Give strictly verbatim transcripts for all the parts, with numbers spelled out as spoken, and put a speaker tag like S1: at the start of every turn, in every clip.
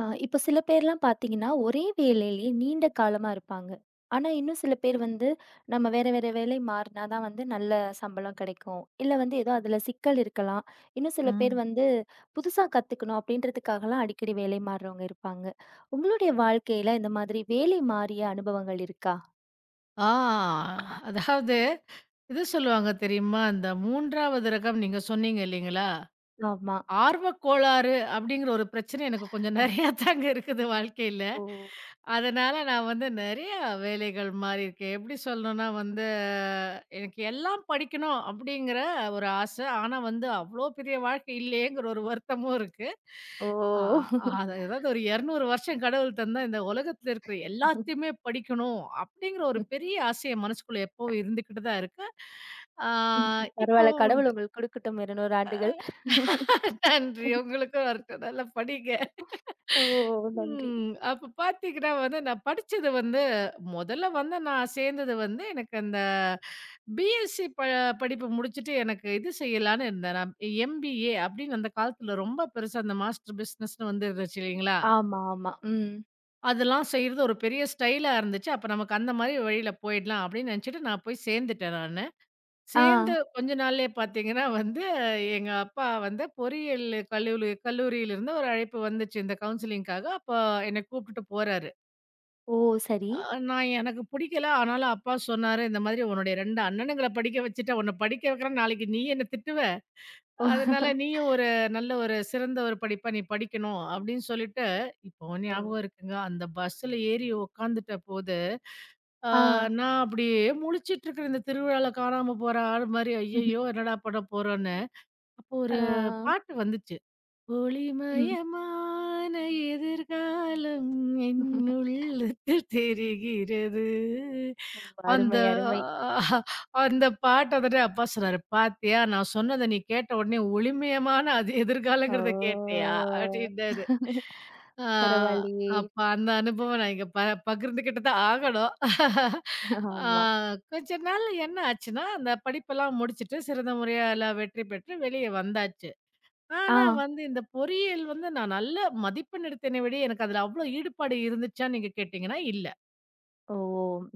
S1: ஆ, இப்ப சில பேர்லாம் பார்த்தீங்கன்னா, ஒரே வேலையிலேயே நீண்ட காலமா இருப்பாங்க. ஆனா, இன்னும் சில பேர் வந்து, நம்ம வேற வேற வேலை மாறினா தான் வந்து நல்ல சம்பளம் கிடைக்கும். இல்ல வந்து ஏதோ அதில சிக்கல் இருக்கலாம். இன்னும் சில பேர்
S2: ம்.
S1: வந்து புதுசா கத்துக்கணும் அப்படின்றதுக்காகலாம் அடிக்கடி வேலை மாறுறவங்க இருப்பாங்க. உங்களுடைய வாழ்க்கையில இந்த மாதிரி வேலை மாறிய அனுபவங்கள் இருக்கா?
S2: ஆ அதாவது இது சொல்லுவாங்க தெரியுமா? அந்த மூன்றாவது ரகம் நீங்க சொன்னீங்க இல்லைங்களா?
S1: ஆமா.
S2: ஆர்வக் கோளாறு அப்படிங்கிற ஒரு பிரச்சனை எனக்கு கொஞ்சம் நெறையா தாங்க இருக்குது வாழ்க்கையில.
S1: ஓ!
S2: அதனால நான் வந்து நெறைய வேலைகள் மாறி இருக்கேன். எப்படி சொல்லணும்னா வந்து, எனக்கு எல்லாம் படிக்கணும் அப்படிங்கிற ஒரு ஆசை. ஆனா வந்து அவ்வளோ பெரிய வாழ்க்கை இல்லையேங்கிற ஒரு வருத்தமும் இருக்கு.
S1: ஓ!
S2: ஆ அது ஏதாவது ஒரு இருநூறு வருஷம் கடவுள் தந்தா இந்த உலகத்துல இருக்கிற எல்லாத்தையுமே படிக்கணும் அப்படிங்கிற ஒரு பெரிய ஆசை என் மனசுக்குள்ள எப்பவும் இருந்துகிட்டு தான் இருக்கு. ஆ
S1: பரவால்ல.
S2: இப்பவும்
S1: கடவுள்
S2: உண்டு.
S1: உங்களுக்கு குடுக்கட்டும் இருநூறு ஆண்டுகள்.
S2: நன்றி. உங்களுக்கும் வரட்டும். நல்லா படிங்க.
S1: ஓ! நன்றி.
S2: ம். அப்ப பார்த்தீங்கன்னா வந்து, நான் படிச்சது வந்து மொதல்ல வந்து நான் சேர்ந்தது வந்து, எனக்கு அந்த பிஎஸ்சி ப படிப்பு முடிச்சுட்டு எனக்கு இது செய்யலான்னு இருந்தேன். நான் எம்பிஏ அப்படின்னு அந்த காலத்துல ரொம்ப பெருசா அந்த மாஸ்டர் பிசினஸ்ன்னு வந்து இருந்துச்சு இல்லைங்களா?
S1: ஆமா, ஆமா. ம்.
S2: அதெல்லாம் செய்றது ஒரு பெரிய ஸ்டைலா இருந்துச்சு. அப்ப நமக்கு அந்த மாரி வழியில போயிடலாம் அப்படின்னு நினைச்சுட்டு நான் போய் சேர்ந்துட்டேன் நானு.
S1: ஆ.
S2: சேர்ந்து கொஞ்ச நாள்லயே பார்த்தீங்கன்னா வந்து, எங்க அப்பா வந்து பொறியியல் கல்லூரி கல்லூரியிலிருந்து ஒரு அழைப்பு வந்துச்சு இந்த கவுன்சிலிங்க்காக. அப்போ என்ன கூப்பிட்டுட்டு போறாரு.
S1: ஓ! சரி.
S2: அ நான் எனக்கு பிடிக்கல. ஆனாலும் அப்பா சொன்னாரு, "இந்த மாதிரி உன்னுடைய இரண்டு அண்ணனுங்கள படிக்க வச்சுட்ட, உன்ன படிக்க வைக்கிறேன். நாளைக்கு நீ என்ன திட்டுவ.
S1: ஓ!
S2: அதனால நீயும் ஒரு நல்ல ஒரு சிறந்த ஒரு படிப்பா நீ படிக்கணும்." அப்படின்னு சொல்லிட்டு, இப்பவும்
S1: ஓ!
S2: ஞாபகம் இருக்குங்க. அந்த பஸ்ஸுல ஏறி உட்காந்துட்ட போது, அ
S1: ஆ.
S2: நான் அப்படியே முழிச்சிட்டு இருக்கிறேன். இந்த திருவிழால காணாம போற ஆள் மாரி. ஐயய்யோ! என்னடா பண்ண போறோம்னு. அப்போ
S1: ஆ.
S2: ஒரு பாட்டு வந்துச்சு.
S1: ம்.
S2: ஒளிமயமான எதிர்காலம் என் உள்ளத்தில் தெரிகிறது.
S1: ஓ!
S2: அந்த
S1: அருமை, அருமை.
S2: அ- அந்த பாட்ட வந்துட்டு அப்பா சொன்னாரு, "பாத்தியா நான் சொன்னத நீ கேட்ட உடனே ஒளிமயமான அது எதிர்காலங்கிறத
S1: ஓ!
S2: கேட்டியா?" அப்படின்னாரு. ஆ
S1: பரவாயில்லையே!
S2: அப்ப அந்த அனுபவம் நான் இங்க ப பகிர்ந்துகிட்டு தான் ஆகணும். ஆ
S1: ஆமா.
S2: கொஞ்ச நாள்ல என்ன ஆச்சுன்னா, அந்த படிப்பெல்லாம் முடிச்சுட்டு சிறந்த முறையா எல்லாம் வெற்றி பெற்று வெளிய வந்தாச்சு.
S1: ஆ.
S2: ஆனா வந்து இந்த பொறியியல் வந்து நான் நல்ல மதிப்பெண் எடுத்தேனே விட எனக்கு அதுல அவ்ளோ ஈடுபாடு இருந்துச்சான்னு நீங்க கேட்டீங்கன்னா இல்ல.
S1: ஓ!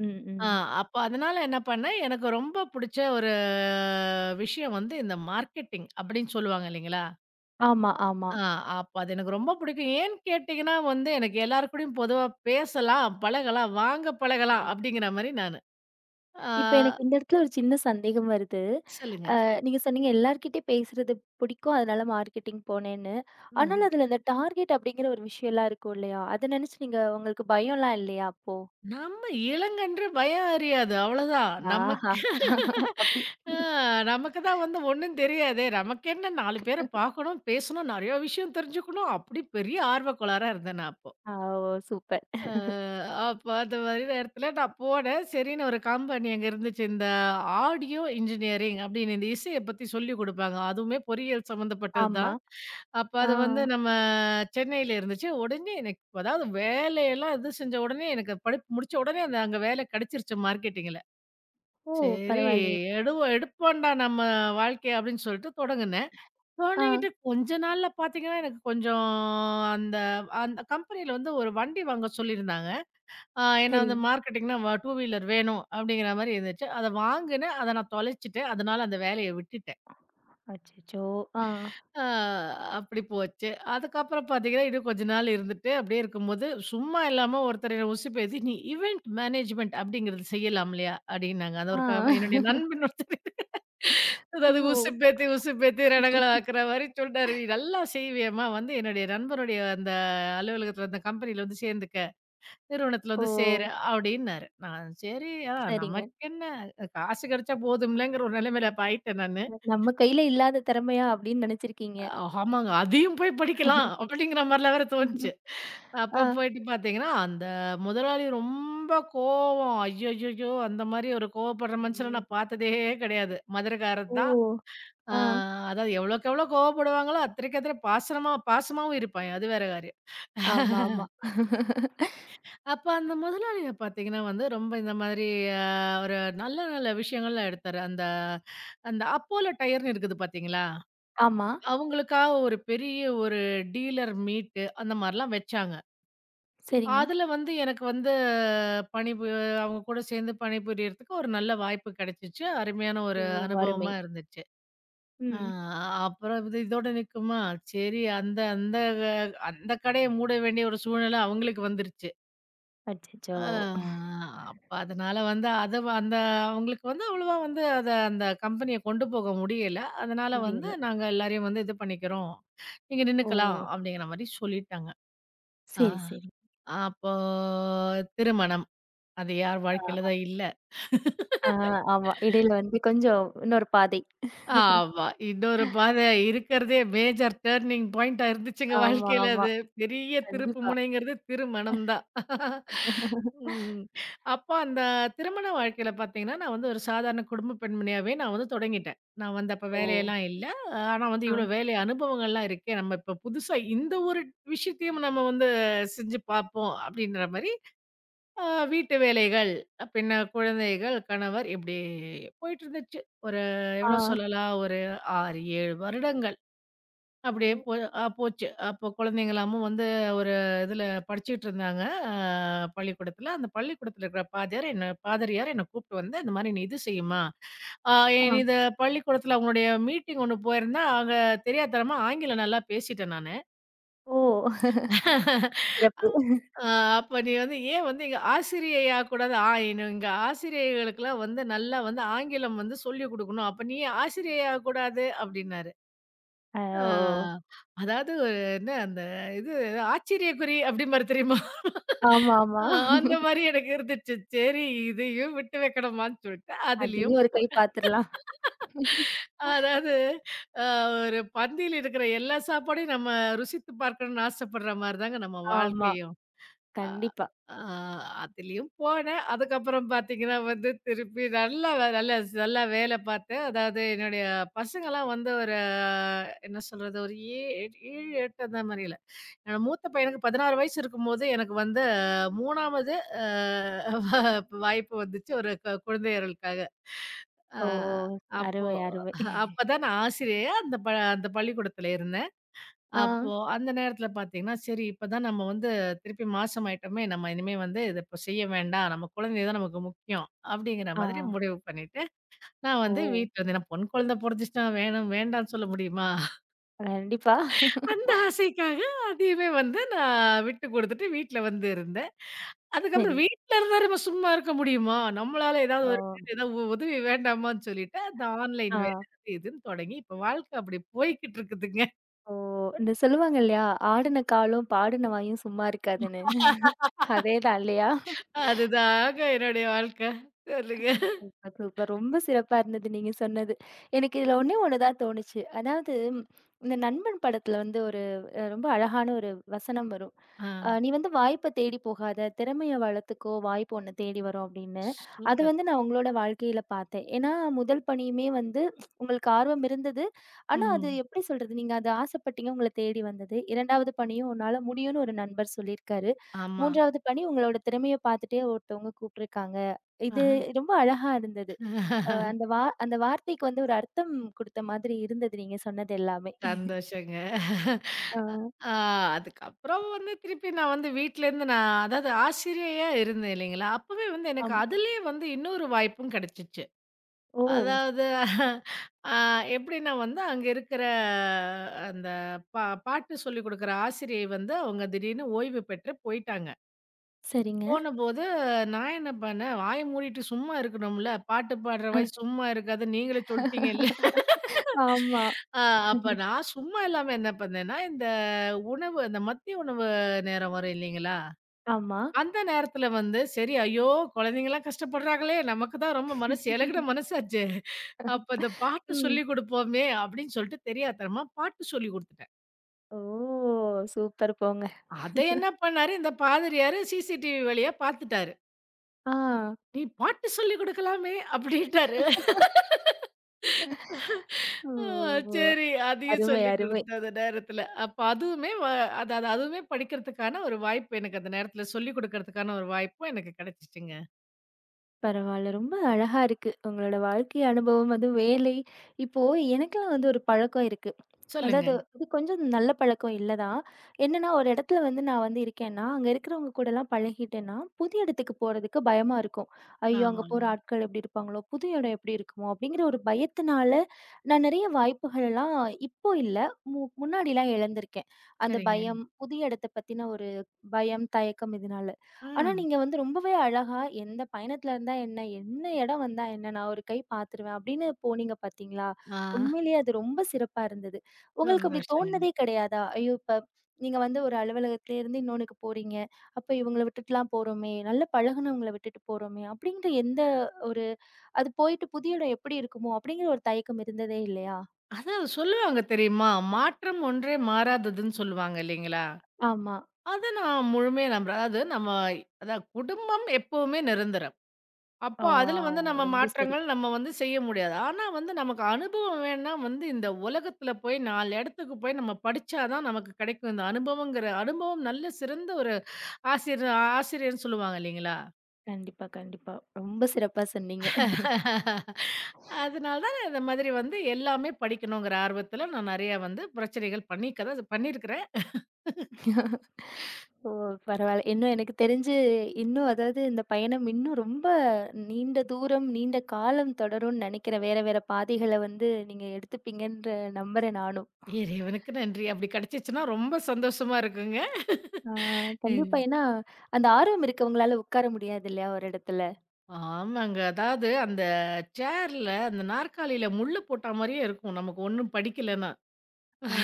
S1: ம்,
S2: ஆ
S1: ம்.
S2: அப்ப அதனால என்ன பண்ணேன், எனக்கு ரொம்ப புடிச்ச ஒரு விஷயம் வந்து இந்த மார்க்கெட்டிங் அப்படின்னு சொல்லுவாங்க இல்லைங்களா?
S1: ஆமா, ஆமா.
S2: ஆ அப்ப அது எனக்கு ரொம்ப பிடிக்கும். ஏன்னு கேட்டீங்கன்னா வந்து எனக்கு எல்லார் கூடயும் பொதுவா பேசலாம், பழகலாம், வாங்க
S1: ஓ.
S2: பழகலாம் அப்படிங்கிற மாரி நானு. ஆ
S1: இப்ப எனக்கு இந்த இடத்துல ஒரு சின்ன சந்தேகம் வருது.
S2: சொல்லுங்க.
S1: அ நீங்க சொன்னீங்க எல்லார்கிட்டயும் பேசுறது பிடிக்கும். அதனால மார்க்கெட்டிங் போனேன்னு. ஆனாலும்
S2: ம்.
S1: அதுல இந்த டார்கெட் அப்படிங்கிற ஒரு விஷயம்லாம் இருக்கும் இல்லையா? அத நினைச்சு நீங்க உங்களுக்கு பயம்லாம் இல்லையா அப்போ?
S2: நம்ம இளங்கன்று பயம் அறியாது. அவ்வளோதான்.
S1: ஆஹா!
S2: நமக்கு
S1: அப்படி.
S2: ஆ நமக்கு தான் வந்து ஒண்ணும் தெரியாதே! நமக்கென்ன நாலு பேர பார்க்கணும், பேசணும், நெறைய விஷயம் தெரிஞ்சுக்கணும். அப்படி பெரிய ஆர்வக்கோளாரா இருந்தேன் நான் அப்போ.
S1: ஆ. ஓ! சூப்பர்.
S2: அ அப்ப அந்த மாரி நேரத்துல நான் போனேன். சரின்னு ஒரு கம்பெனி அங்க இருந்துச்சு. இந்த ஆடியோ இன்ஜினியரிங் அப்படின்னு இந்த இசைய பத்தி சொல்லிக் குடுப்பாங்க. அதுவுமே பொறியியல் சம்மந்தப்பட்டது
S1: ஆமா.
S2: தான். அப்ப
S1: ஆ.
S2: அது வந்து நம்ம சென்னையில இருந்துச்சு. உடனே எனக்கு அதாவது வேலையெல்லாம் இது செஞ்ச உடனே எனக்கு படிப்பு முடிச்ச உடனே அந்த அங்க வேலை கிடைச்சிருச்சு மார்க்கெட்டிங்ல.
S1: ஓ!
S2: சரி
S1: பரவாயில்லையே.
S2: எடுவோ எடுப்போம்டா நம்ம வாழ்க்கைய அப்படின்னு சொல்லிட்டு தொடங்குனேன்.
S1: ஆ,
S2: தொடங்கிட்டு கொஞ்ச நாள்ல பார்த்தீங்கன்னா, எனக்கு கொஞ்சம் அந்த அந்த கம்பெனியில வந்து ஒரு வண்டி வாங்க சொல்லியிருந்தாங்க. ஆ ஏன்னா அந்த
S1: சரிங்க.
S2: மார்க்கெட்டிங்னா வ டூ வீலர் வேணும் அப்படிங்கிற மாரி இருந்துச்சு. அத வாங்குனேன். அத நான் தொலைச்சுட்டேன். அதனால அந்த வேலைய விட்டுட்டேன்.
S1: அச்சச்சோ! ஆ,
S2: ஆ அப்படி போச்சு. அதுக்கப்புறம் பார்த்தீங்கன்னா, இன்னும் கொஞ்ச நாள் இருந்துட்டு அப்படியே இருக்கும்போது, சும்மா இல்லாம ஒருத்தர் என்ன உசுப்பேத்தி, "நீ இவென்ட் மேனேஜ்மென்ட் அப்படிங்கிறது செய்யலாம் இல்லையா?" அப்படின்னாங்க. அது
S1: ஆ.
S2: ஒரு க என்னுடைய நண்பன் ஒருத்தர்.
S1: ஓ!
S2: அதாவது உசுப்பேத்தி உசுப்பேத்தி ரணகள ஆக்குற மாரி சொல்ட்டாரு. "நீ நல்லா செய்வியேம்மா. வந்து என்னுடைய நண்பனுடைய அந்த அலுவலகத்தில அந்த கம்பெனியில வந்து சேர்ந்துக்க." நிறுவனத்துல
S1: ஓ!
S2: வந்து சேரு அப்டின்னாரு. நான் சரி ஆ
S1: சரிங்க.
S2: நமக்கென்ன காசு கிடைச்சா போதும்லங்கிற ஒரு நிலைமையில அப்ப ஆயிட்டேன் நானு.
S1: நம்ம கையில இல்லாத திறமையா அப்படின்னு நினைச்சிருக்கீங்க.
S2: அஹ் ஆமாங்க அதையும் போய் படிக்கலாம் அப்டிங்கிற மாரிலாம் வேற தோணுச்சு. அப்ப
S1: ஆ.
S2: போயிட்டு பார்த்தீங்கன்னா, அந்த முதலாளி ரொம்ப கோவம். ஐய்யய்யோ! அந்த மாரி ஒரு கோவப்படுற மனுஷன
S1: ம்.
S2: நான் பார்த்ததே கிடையாது.
S1: ஓ!
S2: மதுரக்காரர் தான். ஆ
S1: ஆ.
S2: அதாவது எவ்வளோக்கு எவ்வளோ கோவப்படுவாங்களோ, அத்தனைக்கு அத்தனை பாசனமா பாசமாவும் இருப்பான். அது வேற காரியம்.
S1: ஆமா, ஆமா.
S2: அப்ப அந்த முதலாளிய பார்த்தீங்கன்னா வந்து, ரொம்ப இந்த மாதிரி அ ஒரு நல்ல நல்ல விஷயங்கள்லாம் எடுத்தாரு. அந்த அந்த அப்போலோ டயர்ன்னு இருக்குது பார்த்தீங்களா?
S1: ஆமா.
S2: அவங்களுக்காக ஒரு பெரிய ஒரு டீலர் மீட் அந்த மாரிலாம் வச்சாங்க.
S1: சரிங்க.
S2: அதுல வந்து எனக்கு வந்து பணிபு அவங்க கூட சேர்ந்து பணிபுரியறதுக்கு ஒரு நல்ல வாய்ப்பு கிடைச்சுச்சு. அருமையான
S1: ஓ!
S2: ஒரு
S1: அருமை.
S2: அனுபவமா இருந்துச்சு. ஆ
S1: ம்.
S2: அப்புறம் இது இதோட நிக்குமா? சரி அந்த அந்த அந்த கடைய மூட வேண்டிய ஒரு சூழ்நிலை அவங்களுக்கு வந்துருச்சு.
S1: அச்சச்சோ!
S2: ஆ அப்ப அதனால வந்து அத வ- அந்த அவங்களுக்கு வந்து அவ்வளவா வந்து அத அந்த கம்பெனிய கொண்டு போக முடியல. அதனால வந்து
S1: முடியல.
S2: நாங்க எல்லாரையும் வந்து இது பண்ணிக்கிறோம். நீங்க
S1: ஓ!
S2: நின்னுக்கலாம் அப்படிங்கிற மாரி சொல்லிட்டாங்க. ஆ.
S1: சரி, சரி.
S2: அப்போ திருமணம். அது யார் வாழ்க்கையில
S1: ஆ,
S2: தான் இல்ல.
S1: ஆ, ஆமா. இடையில வந்து கொஞ்சம் இன்னொரு பாதை.
S2: ஆமா. இன்னொரு பாதை இருக்கிறதே மேஜர் டர்னிங் பாயிண்ட்டா இருந்துச்சுங்க
S1: ஆமா,
S2: வாழ்க்கையில
S1: ஆமா.
S2: அது. பெரிய திருப்பு
S1: கண்டிப்பா.
S2: முனைங்கிறது திருமணம் தான். ம். அப்போ அந்த திருமண வாழ்க்கையில பார்த்தீங்கன்னா, நான் வந்து ஒரு சாதாரண குடும்ப பெண்மணியாவே நான் வந்து தொடங்கிட்டேன். நான் வந்து அப்ப
S1: ஓ!
S2: வேலையெல்லாம் இல்ல. ஆனா வந்து
S1: ஆ.
S2: இவ்வளோ வேலை அனுபவங்கள்லாம் இருக்கே. நம்ம இப்ப புதுசா இந்த ஒரு விஷயத்தையும் நம்ம வந்து செஞ்சு பார்ப்போம் அப்படின்ற மாரி ஆ வீட்டு வேலைகள், பின்ன குழந்தைகள், கணவர் இப்படி போயிட்டுருந்துச்சு. ஒரு
S1: ஆ.
S2: எவ்வளோ சொல்லலாம், ஒரு ஆறு, ஏழு வருடங்கள் அப்படியே போ
S1: ஓ!
S2: அ போச்சு. அப்போ குழந்தைங்கலாமும் வந்து ஒரு இதில படிச்சுட்டு இருந்தாங்க, அ பள்ளிக்கூடத்தில. அந்த பள்ளிக்கூடத்தில இருக்கிற பாதியார் என்ன பாதிரியார் என்ன கூப்பிட்டு வந்து, "இந்த மாரி நீ இது செய்யுமா, அ
S1: ஆ.
S2: இது பள்ளிக்கூடத்தில அவங்களுடைய மீட்டிங் ஒண்ணு போயிருந்தேன். அங்க தெரியாத்தனமா ஆங்கிலம் நல்லா பேசிட்டேன் நானு."
S1: ஓ! சிறப்பு.
S2: ஆ அப்ப நீ வந்து ஏன் வந்து எங்க ஆசிரியை ஆகக்கூடாது? ஆ எங்க ஆசிரியர்களுக்கெல்லாம் வந்து நல்லா வந்து ஆங்கிலம் வந்து சொல்லிக் குடுக்கணும். அப்ப நீ ஏன் ஆசிரியை ஆகக்கூடாது? அப்டின்னாரு.
S1: அ
S2: ஆ
S1: ஓ!
S2: அதாவது ஒரு என்ன அந்த இது ஆச்சரியக்குறி அப்டிம்பாரு தெரியுமா?
S1: ஆமா, ஆமா.
S2: ஆ அந்த மாரி எனக்கு இருந்துச்சு. சரி இதையும் விட்டு வைக்கணுமான்னு சொல்லிட்டு அதுலயும்
S1: அதையும் ஒரு கை பாத்துரலாம்.
S2: அதாவது அ ஒரு பந்தியில இருக்கிற எல்லா சாப்பாடையும் நம்ம ருசித்து பார்க்கணும்னு ஆசைப்படுற மாரி தாங்க நம்ம
S1: ஆமா.
S2: வாழ்க்கையும். அ
S1: கண்டிப்பா.
S2: ஆ அதுலயும் போனேன். அதுக்கப்புறம் பார்த்தீங்கன்னா வந்து திருப்பி நல்லா வே நல்லா நல்லா வேலை பார்த்தேன். அதாவது என்னுடைய பசங்கலாம் வந்து ஒரு என்ன சொல்றது? ஒரு ஏ ஏழு, எட்டு அந்த மாரியில. என்னோட மூத்த பையனுக்கு பதினாறு வயசு இருக்கும்போது எனக்கு வந்து மூன்றாவது அ வாய்ப்பு வந்துச்சு ஒரு க குழந்தையர்களுக்காக. அ
S1: ஓ!
S2: அப்போ
S1: அருமை, அருமை.
S2: அப்பதான் நான் ஆசிரியையா அந்த ப அந்த பள்ளிக்கூடத்துல இருந்தேன்.
S1: ஆ.
S2: அப்போ அந்த நேரத்துல பார்த்தீங்கன்னா, சரி இப்பதான் நம்ம வந்து திருப்பி மாசமாயிட்டோமே! நம்ம இனிமே வந்து இத இப்போ செய்ய வேண்டாம். நம்ம குழந்தை தான் நமக்கு முக்கியம். அப்படிங்கிற
S1: ஆ.
S2: மாதிரி முடிவு பண்ணிட்டு, நான்
S1: ஓ!
S2: வந்து வீட்ல வந்து ஏன்னா பொண் குழந்தை பொறந்துச்சுன்னா வேணும் வேண்டான்னு சொல்ல முடியுமா?
S1: கண்டிப்பா.
S2: அந்த ஆசைக்காக அதையுமே வந்து நான் விட்டு குடுத்துட்டு வீட்ல வந்து இருந்தேன்.
S1: சரி.
S2: அதுக்கப்புறம் வீட்ல இருந்தா நம்ம சும்மா இருக்க முடியுமா? நம்மளால ஏதாவது
S1: ஓ!
S2: ஒரு ஏதாவது உ- உதவி வேண்டாமான்னு சொல்லிட்டு, அந்த ஆன்லைன்
S1: ஆ.
S2: வேலை அது இதுன்னு தொடங்கி, இப்போ வாழ்க்கை அப்படி போய்க்கிட்டு இருக்குதுங்க.
S1: ஓ! இந்த சொல்லுவாங்க இல்லையா? ஆடுன காலும், பாடுன வாயும் சும்மா இருக்காதுன்னு. அதேதான் இல்லையா?
S2: அதுதாங்க என்னுடைய வாழ்க்கை. சொல்லுங்க.
S1: Super, super. ரொம்ப சிறப்பா இருந்தது நீங்க சொன்னது. எனக்கு இதுல ஒண்ணே ஒண்ணு தான் தோணுச்சு. அதாவது ம், இந்த நண்பன் படத்துல வந்து ஒரு அ ரொம்ப அழகான ஒரு வசனம் வரும்.
S2: ஆ.
S1: அ "நீ வந்து வாய்ப்ப தேடி போகாத, திறமைய வளர்த்துக்கோ, வாய்ப்பு உன்ன தேடி வரும்" அப்படின்னு. அது
S2: சூப்பர்.
S1: வந்து நான் உங்களோட வாழ்க்கையில பார்த்தேன். ஏன்னா, முதல் பணியுமே வந்து உங்களுக்கு ஆர்வம் இருந்தது. ஆனா, அது
S2: ம்.
S1: எப்படி சொல்றது? நீங்க அத ஆசைப்பட்டீங்க, உங்கள தேடி வந்தது. இரண்டாவது பணியும் உன்னால முடியும்னு ஒரு நண்பர் சொல்லியிருக்காரு.
S2: ஆமா.
S1: மூன்றாவது பணி உங்களோட திறமைய பார்த்துட்டே ஒருத்தவங்க கூப்பிட்டுருக்காங்க. இது
S2: ஆஹா.
S1: ரொம்ப அழகா இருந்தது. அ அந்த வா அந்த வார்த்தைக்கு வந்து ஒரு அர்த்தம் குடுத்த மாதிரி இருந்தது நீங்க சொன்னது எல்லாமே.
S2: சந்தோஷங்க.
S1: ஆ,
S2: ஆ அதுக்கப்புறம் வந்து திருப்பி நான் வந்து வீட்லேருந்து நான் அதாவது ஆசிரியையா இருந்தேன் இல்லைங்களா? அப்பவே வந்து எனக்கு
S1: ஆமா.
S2: அதிலேயே வந்து இன்னொரு வாய்ப்பும் கிடைச்சுச்சு.
S1: ஓ!
S2: அதாவது ஆ எப்படின்னா வந்து அங்க இருக்கிற அந்த பா பாட்டு சொல்லிக் குடுக்குற ஆசிரியை வந்து அவங்க திடீர்னு ஓய்வு பெற்று போயிட்டாங்க.
S1: சரிங்க.
S2: போனபோது நான் என்ன பண்ணேன், வாய மூடிட்டு சும்மா இருக்கணும்ல. பாட்டு பாடுற
S1: அ.
S2: வயசு சும்மா இருக்காது. நீங்களே சொல்ட்டீங்கல்ல.
S1: ஆமா.
S2: ஆ அப்ப நான் சும்மா இல்லாம என்ன பண்ணேன்னா, இந்த உணவு அந்த மதிய உணவு நேரம் வரும் இல்லைங்களா?
S1: ஆமா.
S2: அந்த நேரத்தில வந்து சரி, ஐயோ! குழந்தைங்கலாம் கஷ்டப்படுறாங்களே! நமக்கு தான் ரொம்ப மனசு எளகுன மனசாச்சே! அப்ப இந்த பாட்டு
S1: ம்.
S2: சொல்லிக் குடுப்போமே! அப்படின்னு சொல்லிட்டு தெரியாத்தனமா பாட்டு சொல்லிக் குடுத்துட்டேன்.
S1: ஓ! சூப்பர் போங்க.
S2: அத என்ன பண்ணாரு, இந்த பாதிரியாரு சிசிடிவி வழியா பாத்துட்டாரு.
S1: ஆ.
S2: "நீ பாட்டு சொல்லிக் குடுக்கலாமே" அப்படின்ட்டாரு. ஆ,
S1: ஓ!
S2: சரி. அதையும்
S1: அருமை,
S2: சொல்லிக்
S1: அருமை.
S2: குடுத்து அந்த நேரத்துல. அப்ப அதுவுமே வ அது அது அதுவுமே படிக்கிறதுக்கான ஒரு வாய்ப்பு எனக்கு அந்த நேரத்துல சொல்லிக் குடுக்கறதுக்கான ஒரு வாய்ப்பும் எனக்கு கிடைச்சுச்சுங்க.
S1: பரவால்ல. ரொம்ப அழகா இருக்கு. உங்களோட வாழ்க்கை அனுபவம், அதுவும் வேலை இப்போ எனக்கெல்லாம் வந்து ஒரு பழக்கம் இருக்கு.
S2: சொல்லுங்க.
S1: அதாவது இது கொஞ்சம் நல்ல பழக்கம் இல்ல தான். என்னன்னா, ஒரு இடத்துல வந்து நான் வந்து இருக்கேன்னா, அங்க இருக்கிறவங்க கூடலாம் பழகிட்டேன்னா, புது இடத்துக்கு போறதுக்கு பயமா இருக்கும். ஐயோ! அங்க போற
S2: ஆமாங்க.
S1: ஆட்கள் எப்படி இருப்பாங்களோ? புது இடம் எப்படி இருக்குமோ? அப்படிங்கிற ஒரு பயத்தினால, நான் நெறைய வாய்ப்புகளெல்லாம் இப்போ இல்ல, மு முன்னாடிலாம் இழந்திருக்கேன். அந்த
S2: சரிங்க.
S1: பயம், புதிய இடத்த பத்தின ஒரு பயம், தயக்கம் இதனால.
S2: ஆ.
S1: ஆனா நீங்க வந்து ரொம்பவே அழகா, எந்த பயணத்துல இருந்தா என்ன? என்ன இடம் வந்தா என்ன? நான் ஒரு கை பார்த்துருவேன் அப்படின்னு போனீங்க பார்த்தீங்களா?
S2: ஆ.
S1: உண்மையிலேயே அது ரொம்ப சிறப்பா இருந்தது. உங்களுக்கு அப்படி
S2: சந்தோஷங்க.
S1: தோணுனதே கிடையாதா? ஐயோ! இப்ப நீங்க வந்து ஒரு அலுவலகத்துல இருந்து இன்னொன்னுக்கு போறீங்க. அப்ப இவங்கள விட்டுட்டுலாம் போறோமே! நல்லா பழகுனவங்கள விட்டுட்டு போறோமே! அப்படிங்கிற எந்த ஒரு அது போயிட்டு புதிய இடம் எப்படி இருக்குமோ! அப்படிங்கிற ஒரு தயக்கம் இருந்ததே இல்லையா?
S2: அதான் சொல்லுவாங்க தெரியுமா? மாற்றம் ஒன்றே மாறாததுன்னு சொல்லுவாங்க இல்லைங்களா?
S1: ஆமா.
S2: அத நான் முழுமையா நம்புறேன். அதாவது நம்ம அதான் குடும்பம் எப்பவுமே நிரந்தரம்.
S1: ஆ
S2: அப்போ அதுல வந்து நம்ம
S1: ரொம்ப சரி.
S2: மாற்றங்கள் நம்ம வந்து செய்ய முடியாது. ஆனா வந்து நமக்கு அனுபவம் வேணும்னா வந்து இந்த உலகத்துல போய் நாலு இடத்துக்கு போய் நம்ம படிச்சா தான் நமக்கு கிடைக்கும். இந்த அனுபவங்கிற அனுபவம் நல்ல சிறந்த ஒரு ஆசிரியர் ஆசிரியர்ன்னு சொல்லுவாங்க இல்லைங்களா?
S1: கண்டிப்பா, கண்டிப்பா. ரொம்ப சிறப்பா சொன்னீங்க.
S2: அதனால தான் நான் இந்த மாதிரி வந்து எல்லாமே படிக்கணுங்கிற ஆர்வத்துல நான் நிறையா வந்து பிரச்சனைகள் பண்ணிக்க தான் பண்ணியிருக்கிறேன்.
S1: ஓ! பரவால்ல. இன்னும் எனக்கு தெரிஞ்சு இன்னும் அதாவது இந்த பயணம் இன்னும் ரொம்ப நீண்ட தூரம், நீண்ட காலம் தொடரும்னு நெனைக்கிறேன். வேற வேற பாதைகள வந்து நீங்க எடுத்துப்பீங்கன்ற நம்புறேன் நானும்.
S2: இறைவனுக்கு நன்றி. அப்படி கிடைச்சிச்சுன்னா ரொம்ப சந்தோஷமா இருக்குங்க.
S1: ஆ கண்டிப்பா. ஏன்னா, அந்த ஆர்வம் இருக்கவங்களால உட்கார முடியாது இல்லையா ஒரு இடத்துல?
S2: ஆமாங்க. அதாவது அந்த சேர்ல, அந்த நாற்காலியில முள்ளு போட்டா மாரியே இருக்கும். நமக்கு ஒண்ணும் படிக்கலன்னா.
S1: ஆ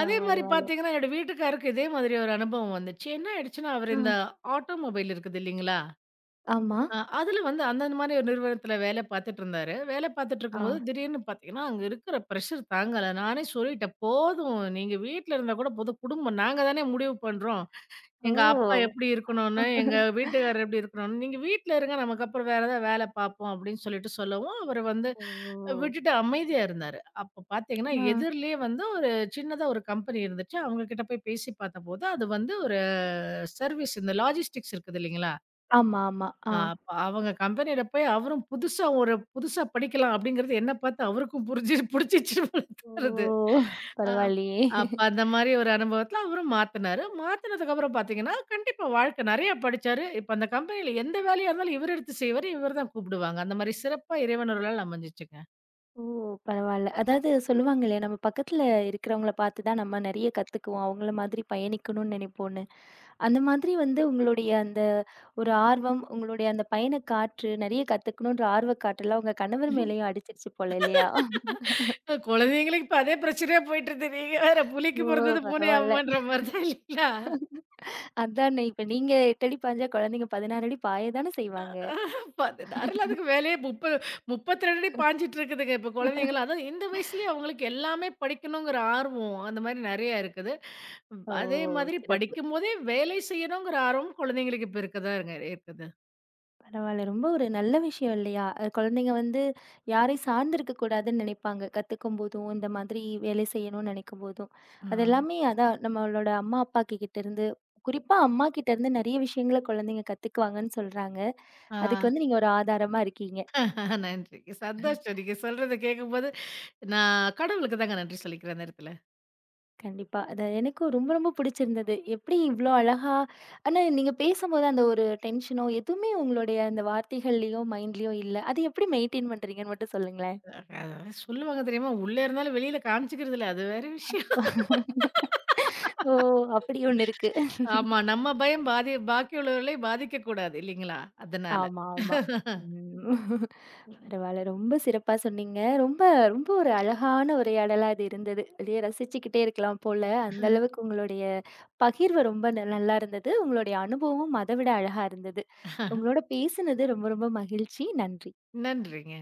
S2: அதே மாரி பார்த்தீங்கன்னா, என்னோட வீட்டுக்காருக்கு இதே மாதிரி ஒரு அனுபவம் வந்துச்சு. என்ன ஆயிடுச்சுன்னா,
S1: ஆ.
S2: அவரு இந்த ஆட்டோமொபைல் இருக்குது இல்லைங்களா?
S1: ஆமா.
S2: அ அதுல வந்து அந்த அந்த மாரி ஒரு நிறுவனத்துல வேலை பார்த்துட்டு இருந்தாரு. வேலை பார்த்துட்டு
S1: ஆ.
S2: இருக்கும்போது திடீர்னு பார்த்தீங்கன்னா, அங்க இருக்கிற பிரஷர் தாங்கல. நானே சொல்லிட்டேன், "போதும். நீங்க வீட்ல இருந்தா கூட போதும். குடும்பம் நாங்க தானே முடிவு பண்றோம்." எங்க அப்பா
S1: ஓ!
S2: எப்படி இருக்கணும்னு, எங்க வீட்டுக்காரர் எப்படி இருக்கணும்னு, "நீங்க வீட்ல இருங்க. நமக்கு அப்புறம் வேற ஏதாவது வேல பார்ப்போம்." அப்படின்னு சொல்லிட்டு சொல்லவும், அவரு வந்து
S1: ஓ!
S2: விட்டுட்டு அமைதியா இருந்தாரு. அப்ப பார்த்தீங்கன்னா,
S1: ஆ.
S2: எதிர்லயே வந்து ஒரு சின்னதா ஒரு கம்பெனி இருந்துச்சு. அவங்க கிட்ட போய் பேசி பார்த்தபோது, அது வந்து ஒரு சர்வீஸ் இந்த லாஜிஸ்டிக்ஸ் இருக்குது இல்லைங்களா?
S1: ஆமா, ஆமா. ஆ.
S2: ஆ அப்ப அவங்க கம்பெனியில போய் அவரும் புதுசா ஒரு புதுசா படிக்கலாம் அப்படிங்கிறது என்ன பார்த்து அவருக்கும் புரிஞ்சு புடிச்சிச்சு போல தோணுது.
S1: ஓ!
S2: ஆ
S1: பரவாயில்லையே!
S2: அப்ப அந்த மாரி ஒரு அனுபவத்தில அவரும் மாத்துனாரு. மாத்துனதுக்கு அப்புறம் பார்த்தீங்கன்னா, கண்டிப்பா வாழ்க்கை நெறைய படிச்சாரு. இப்ப அந்த கம்பெனியில எந்த வேலையா இருந்தாலும் இவரு எடுத்து செய்வாரு. இவர் தான் கூப்பிடுவாங்க. அந்த மாரி சிறப்பா இறைவன் அருளால அமைஞ்சுச்சுங்க.
S1: ஓ! பரவால்ல. அதாவது சொல்லுவாங்க இல்லையா, நம்ம பக்கத்துல இருக்கிறவங்கள பார்த்து தான் நம்ம நெறைய கத்துக்குவோம். அவங்கள மாதிரி பயணிக்கணும்னு நெனைப்போம்ன்னு. அந்த மாதிரி வந்து உங்களுடைய அந்த ஒரு ஆர்வம், உங்களுடைய அந்த பயணக்காற்று, நெறைய கத்துக்கணுன்ற ஆர்வக்காற்றெல்லாம் உங்க கணவர் மேலயும் அடிச்சிருச்சு போல இல்லையா?
S2: குழந்தைங்களுக்கு இப்ப அதே பிரச்சனையா போயிட்டுருது. நீங்க வேற
S1: ஓ!
S2: புலிக்கு பொறந்தது பூனை
S1: பரவால்ல.
S2: அம்மான்ற மாரி தான் இல்லைங்களா?
S1: அதானே இப்ப நீங்க எட்டு அடி பாய்ஞ்சா குழந்தைங்க பதினாறு அடி பாய தானே செய்வாங்க.
S2: பாத்து நெரலாத்துக்கு வேலையே முப்ப முப்பத்தி இரண்டு அடி பாய்ஞ்சிட்டு இருக்குதுங்க. இப்ப குழந்தைங்கலாம் அதான் இந்த வயசுலயே அவங்களுக்கு எல்லாமே படிக்கணுங்கிற ஆர்வம், அந்த மாரி நெறையா இருக்குது.
S1: ஓ!
S2: அதே மாதிரி
S1: சிறப்பு.
S2: படிக்கும்போதே வேலை செய்யணுங்கிற ஆர்வம் குழந்தைங்களுக்கு இப்ப இருக்கதாங்க இருக்குது.
S1: பரவால்ல. ரொம்ப ஒரு நல்ல விஷயம் இல்லையா? அ குழந்தைங்க வந்து யாரையும் சார்ந்து இருக்கக்கூடாதுன்னு நினைப்பாங்க. கத்துக்கும்போதும், இந்த மாதிரி வேலை செய்யணும்னு நினைக்கும்போதும்.
S2: ஆ,
S1: அது எல்லாமே அதான் நம்மளோட அம்மா, அப்பா கிட்ட இருந்து குறிப்பா அம்மா கிட்ட இருந்து நெறைய விஷயங்கள குழந்தைங்க கத்துக்குவாங்கன்னு சொல்றாங்க.
S2: ஆ.
S1: அதுக்கு வந்து நீங்க ஒரு ஆதாரமா இருக்கீங்க.
S2: நன்றி. சந்தோஷம். நீங்க சொல்றத கேட்கும்போது, நான் கடவுளுக்கு தாங்க நன்றி சொல்லிக்கிறேன் அந்த இடத்துல.
S1: கண்டிப்பா. அது எனக்கும் ரொம்ப, ரொம்ப பிடிச்சிருந்தது. எப்படி இவ்ளோ அழகா ஆனா நீங்க பேசும்போது அந்த ஒரு டென்ஷனோ, எதுவுமே உங்களுடைய அந்த வார்த்தைகள்லயோ, மைண்ட்லயோ இல்ல. அது எப்படி மெயின்டெயின் பண்றீங்கன்னு மட்டும் சொல்லுங்களேன்?
S2: அதாவது சொல்லுவாங்க தெரியுமா? "உள்ள இருந்தாலும் வெளியில காமிச்சுக்கிறது இல்ல." அது வேற விஷயம்.
S1: ஓ! அப்படி ஒண்ணு இருக்கு.
S2: ஆமா. நம்ம பயம் பாதி பாக்கி உள்ளவர்களை பாதிக்கக்கூடாது இல்லைங்களா? அதனால.
S1: ஆமா, ஆமா. ம். பரவால்ல. ரொம்ப சிறப்பா சொன்னீங்க. ரொம்ப, ரொம்ப ஒரு அழகான உரையாடலா இது இருந்தது. அப்படியே ரசிச்சுக்கிட்டே இருக்கலாம் போல. அந்த அளவுக்கு உங்களுடைய பகிர்வு ரொம்ப ந நல்லா இருந்தது. உங்களுடைய அனுபவமும் அத விட அழகா இருந்தது. உங்களோட பேசினது ரொம்ப ரொம்ப மகிழ்ச்சி. நன்றி.
S2: நன்றிங்க.